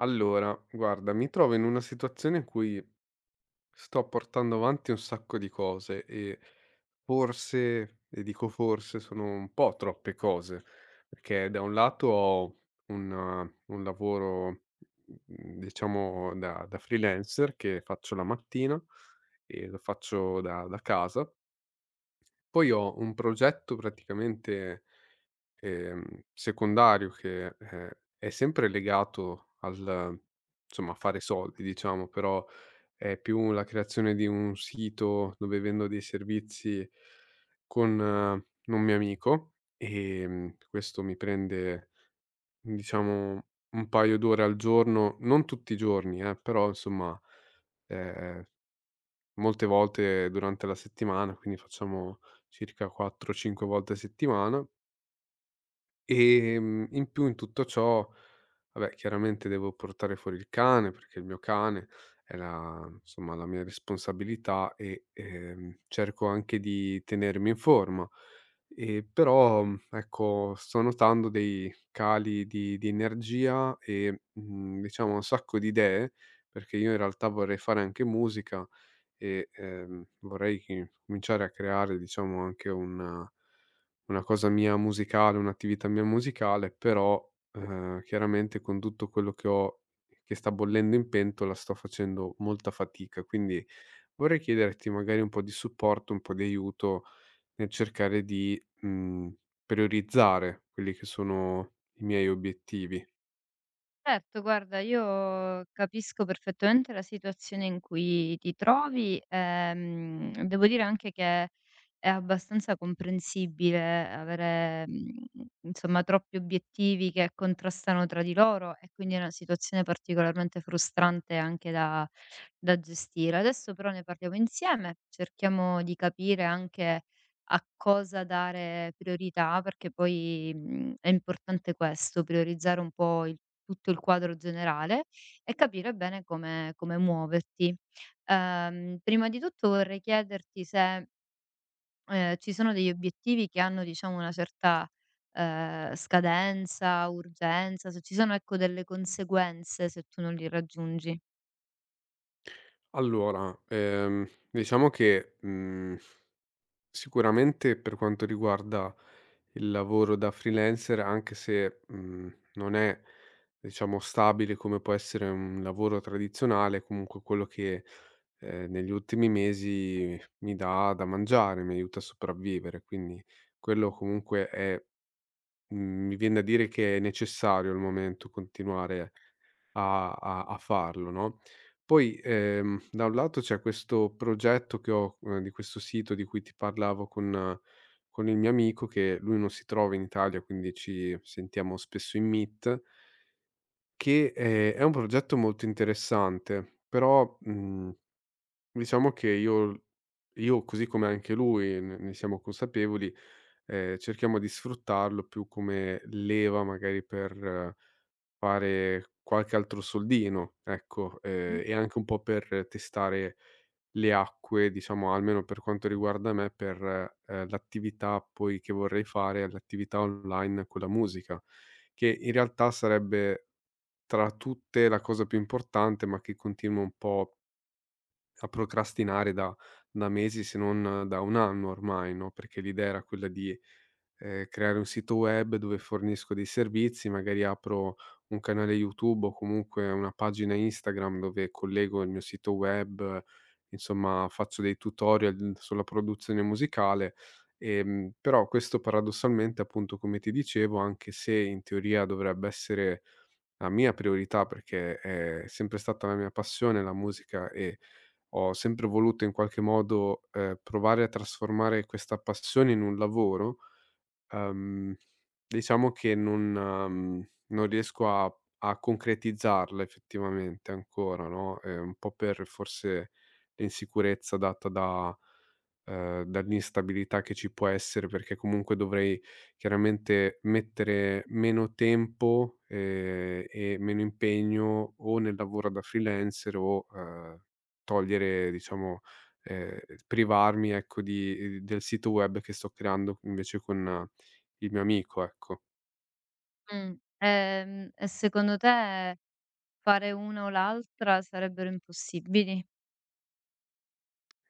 Allora, guarda, mi trovo in una situazione in cui sto portando avanti un sacco di cose e forse, e dico forse, sono un po' troppe cose, perché da un lato ho un lavoro, diciamo, da freelancer che faccio la mattina e lo faccio da casa, poi ho un progetto praticamente ehm, secondario che è sempre legato al insomma a fare soldi diciamo, però è più la creazione di un sito dove vendo dei servizi con un mio amico, questo mi prende diciamo un paio d'ore al giorno, non tutti i giorni però insomma, ehm, molte volte durante la settimana, quindi facciamo circa 4, 5 volte a settimana. In più in tutto ciò, vabbè chiaramente devo portare fuori il cane, perché il mio cane è la insomma la mia responsabilità e cerco anche di tenermi in forma. E però, ecco, sto notando dei cali di energia e diciamo un sacco di idee, perché io in realtà vorrei fare anche musica, e vorrei che cominciare a creare, diciamo, anche una cosa mia musicale, un'attività mia musicale, però, chiaramente con tutto quello che ho che sta bollendo in pentola sto facendo molta fatica. Quindi vorrei chiederti magari un po' di supporto, un po' di aiuto nel cercare di, priorizzare quelli che sono i miei obiettivi. Certo, guarda, io capisco perfettamente la situazione in cui ti trovi. Devo dire anche che è abbastanza comprensibile avere, insomma troppi obiettivi che contrastano tra di loro e quindi è una situazione particolarmente frustrante anche da gestire. Adesso però ne parliamo insieme, cerchiamo di capire anche a cosa dare priorità, perché poi, è importante questo, priorizzare un po' il tutto il quadro generale e capire bene come muoverti. Prima di tutto vorrei chiederti se ci sono degli obiettivi che hanno diciamo una certa, scadenza, urgenza, se ci sono ecco delle conseguenze se tu non li raggiungi. Allora, diciamo che, mhmm Sicuramente per quanto riguarda il lavoro da freelancer, anche se, non è, diciamo, stabile come può essere un lavoro tradizionale, comunque quello che, negli ultimi mesi mi dà da mangiare, mi aiuta a sopravvivere, quindi quello comunque è Mi vien da dire che è necessario al momento continuare a a farlo, no, poi, da un lato c'è questo progetto che ho, di questo sito di cui ti parlavo con il mio amico che lui non si trova in Italia, quindi ci sentiamo spesso in Meet, che, è un progetto molto interessante, però, diciamo che io così come anche lui, ne siamo consapevoli, cerchiamo di sfruttarlo più come leva magari per fare qualche altro soldino, ecco, e anche un po' per testare le acque, diciamo, almeno per quanto riguarda me, per, l'attività poi che vorrei fare, l'attività online con la musica, che in realtà sarebbe tra tutte la cosa più importante, ma che continuo un po' a procrastinare da mesi, se non da 1 anno ormai, no, perché l'idea era quella di, creare un sito web dove fornisco dei servizi, magari apro un canale YouTube o comunque una pagina Instagram dove collego il mio sito web, insomma faccio dei tutorial sulla produzione musicale. Però questo paradossalmente, appunto, come ti dicevo, anche se in teoria dovrebbe essere la mia priorità perché è sempre stata la mia passione la musica e ho sempre voluto in qualche modo, provare a trasformare questa passione in un lavoro. Ehm, diciamo che non riesco a a concretizzarla effettivamente ancora, no, un po' per forse l'insicurezza data da dall'instabilità che ci può essere, perché comunque dovrei chiaramente mettere meno tempo, e meno impegno o nel lavoro da freelancer o, togliere diciamo ehm, privarmi ecco di del sito web che sto creando invece con il mio amico, ecco. Mh. E secondo te fare una o l'altra sarebbero impossibili?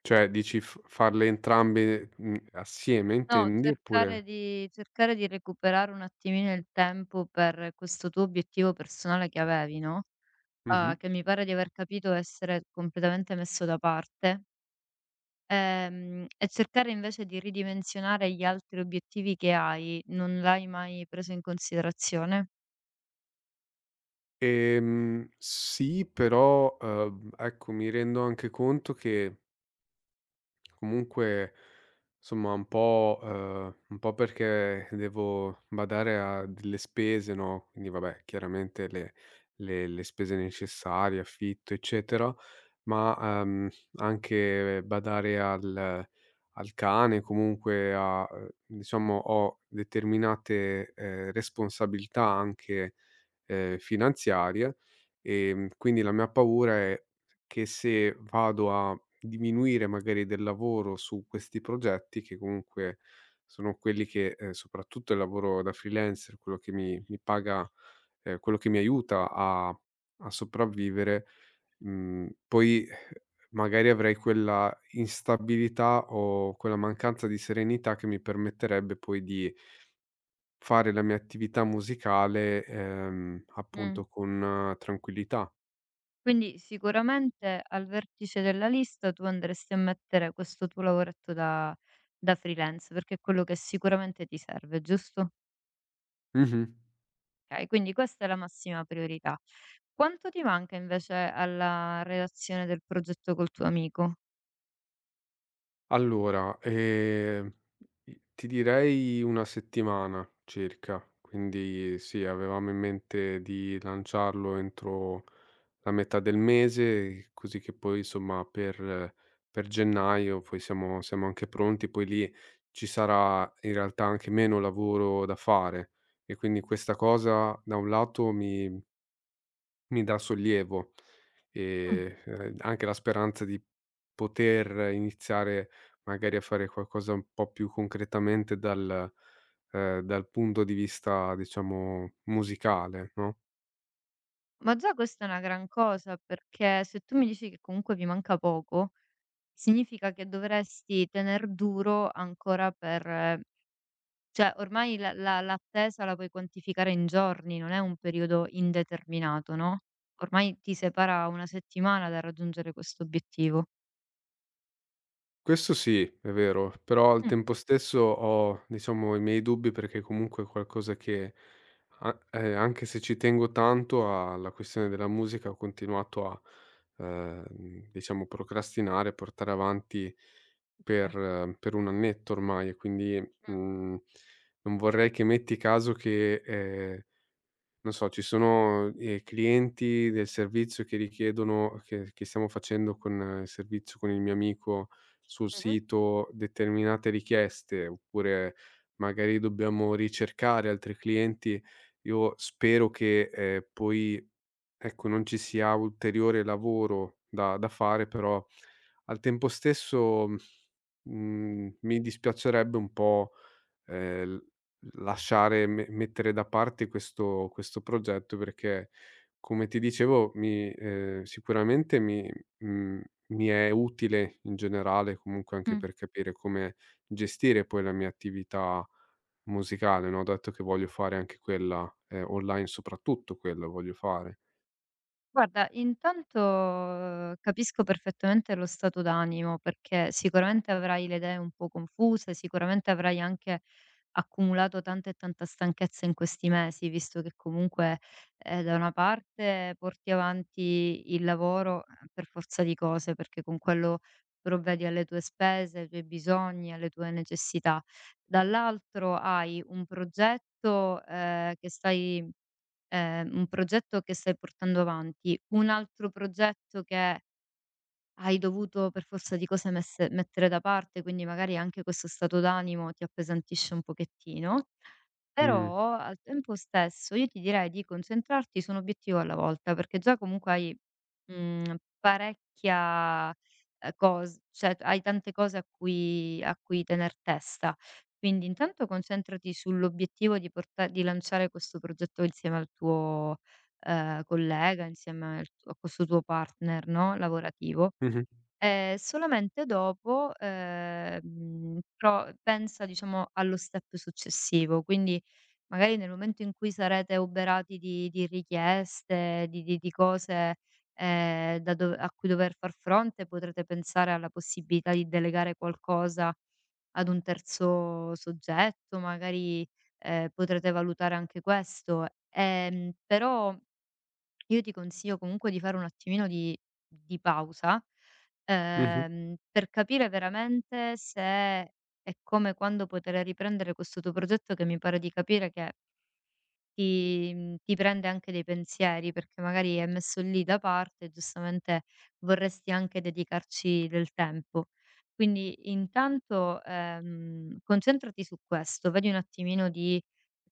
Cioè dici f farle entrambe, assieme No, intendi cercare oppure di recuperare un attimino il tempo per questo tuo obiettivo personale che avevi, no, mh-mh. Che mi pare di aver capito essere completamente messo da parte. E cercare invece di ridimensionare gli altri obiettivi che hai, non l'hai mai preso in considerazione? Sì però, ecco mi rendo anche conto che comunque, somma, un po' perché devo badare a delle spese, no, quindi vabbè, chiaramente le le spese necessarie, affitto, eccetera, ma, anche badare al al cane, comunque a diciamo ho determinate, responsabilità anche finanziarie. Quindi la mia paura è che se vado a diminuire magari del lavoro su questi progetti, che comunque sono quelli che, soprattutto il lavoro da freelancer, quello che mi paga quello che mi aiuta a a sopravvivere, poi magari avrei quella instabilità o quella mancanza di serenità che mi permetterebbe poi di fare la mia attività musicale, Mh. appunto con tranquillità. Quindi sicuramente al vertice della lista tu andresti a mettere questo tuo lavoretto da freelance, perché è quello che sicuramente ti serve, giusto? Mh-mh. Okay, quindi questa è la massima priorità. Quanto ti manca invece alla redazione del progetto col tuo amico? Allora, i ti direi una settimana circa, quindi sì, avevamo in mente di lanciarlo entro la metà del mese, così che poi insomma per gennaio poi siamo anche pronti, poi lì ci sarà in realtà anche meno lavoro da fare e quindi questa cosa da un lato mi dà sollievo Mh. e anche la speranza di poter iniziare magari a fare qualcosa un po' più concretamente dal dal punto di vista diciamo musicale, no? Ma già questa è una gran cosa, perché se tu mi dici che comunque vi manca poco significa che dovresti tener duro ancora per cioè ormai la la l'attesa la puoi quantificare in giorni, non è un periodo indeterminato, no, ormai ti separa 1 settimana dal raggiungere questo obiettivo. Questo sì, è vero, però al Mh, tempo stesso ho, diciamo, i miei dubbi perché comunque è qualcosa che a anche se ci tengo tanto alla questione della musica, ho continuato a, diciamo procrastinare, portare avanti okay. Per 1 annetto ormai e quindi, Mh, mhmm, non vorrei che metti caso che, non so, ci sono, clienti del servizio che richiedono che stiamo facendo con il servizio con il mio amico sul mh-mh, sito determinate richieste, oppure magari dobbiamo ricercare altri clienti. Io spero che, poi, ecco, non ci sia ulteriore lavoro da fare, però al tempo stesso, mi dispiacerebbe un po' l lasciare me mettere da parte questo progetto perché, come ti dicevo, mi sicuramente mhmm, mi è utile in generale, comunque anche mh. per capire come gestire poi la mia attività musicale, no, dato che voglio fare anche quella, online soprattutto quello voglio fare. Guarda, intanto, capisco perfettamente lo stato d'animo, perché sicuramente avrai le idee un po' confuse, sicuramente avrai anche accumulato tanta e tanta stanchezza in questi mesi, visto che comunque, da una parte porti avanti il lavoro, per forza di cose, perché con quello provvedi alle tue spese, ai tuoi bisogni, alle tue necessità. Dall'altro hai un progetto che stai portando avanti, un altro progetto che hai dovuto per forza di cose messe mettere da parte, quindi magari anche questo stato d'animo ti appesantisce un pochettino, Mh. però al tempo stesso io ti direi di concentrarti su un obiettivo alla volta, perché già comunque hai, parecchia, cos cioè hai tante cose a cui tener testa. Quindi intanto concentrati sull'obiettivo di porta di lanciare questo progetto insieme al tuo, collega, insieme al tuo a questo tuo partner, no, lavorativo. Mh-mh. Solamente dopo, pro pensa diciamo allo step successivo, quindi magari nel momento in cui sarete oberati di richieste, di cose, da dov a cui dover far fronte, potrete pensare alla possibilità di delegare qualcosa ad un terzo soggetto, magari, potrete valutare anche questo. Però io ti consiglio comunque di fare un attimino di pausa, Mh-mh. Per capire veramente se è come quando poter riprendere questo tuo progetto che mi pare di capire che ti prende anche dei pensieri, perché magari è messo lì da parte e giustamente vorresti anche dedicarci del tempo. Quindi intanto, concentrati su questo, vedi un attimino di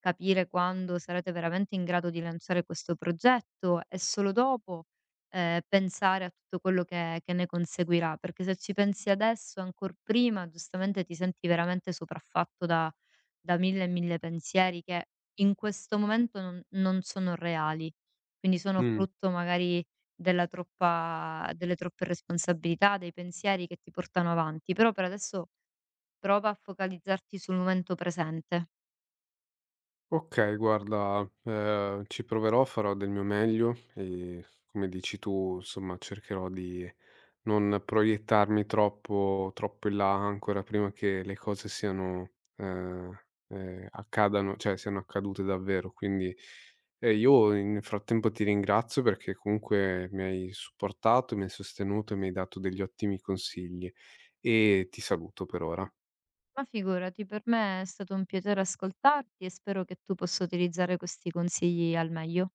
capire quando sarete veramente in grado di lanciare questo progetto e solo dopo, pensare a tutto quello che ne conseguirà, perché se ci pensi adesso, ancor prima, giustamente ti senti veramente sopraffatto da 1000 e 1000 pensieri che in questo momento non sono reali, quindi sono Mh. frutto magari della troppa delle troppe responsabilità, dei pensieri che ti portano avanti, però per adesso prova a focalizzarti sul momento presente. Okay, guarda, ci proverò, farò del mio meglio e come dici tu, insomma, cercherò di non proiettarmi troppo in là ancora prima che le cose siano, ehm, accadano cioè siano accadute davvero. Quindi, io in frattempo ti ringrazio perché comunque mi hai supportato, mi hai sostenuto e mi hai dato degli ottimi consigli e ti saluto per ora. Ma figurati, per me è stato un piacere ascoltarti e spero che tu possa utilizzare questi consigli al meglio.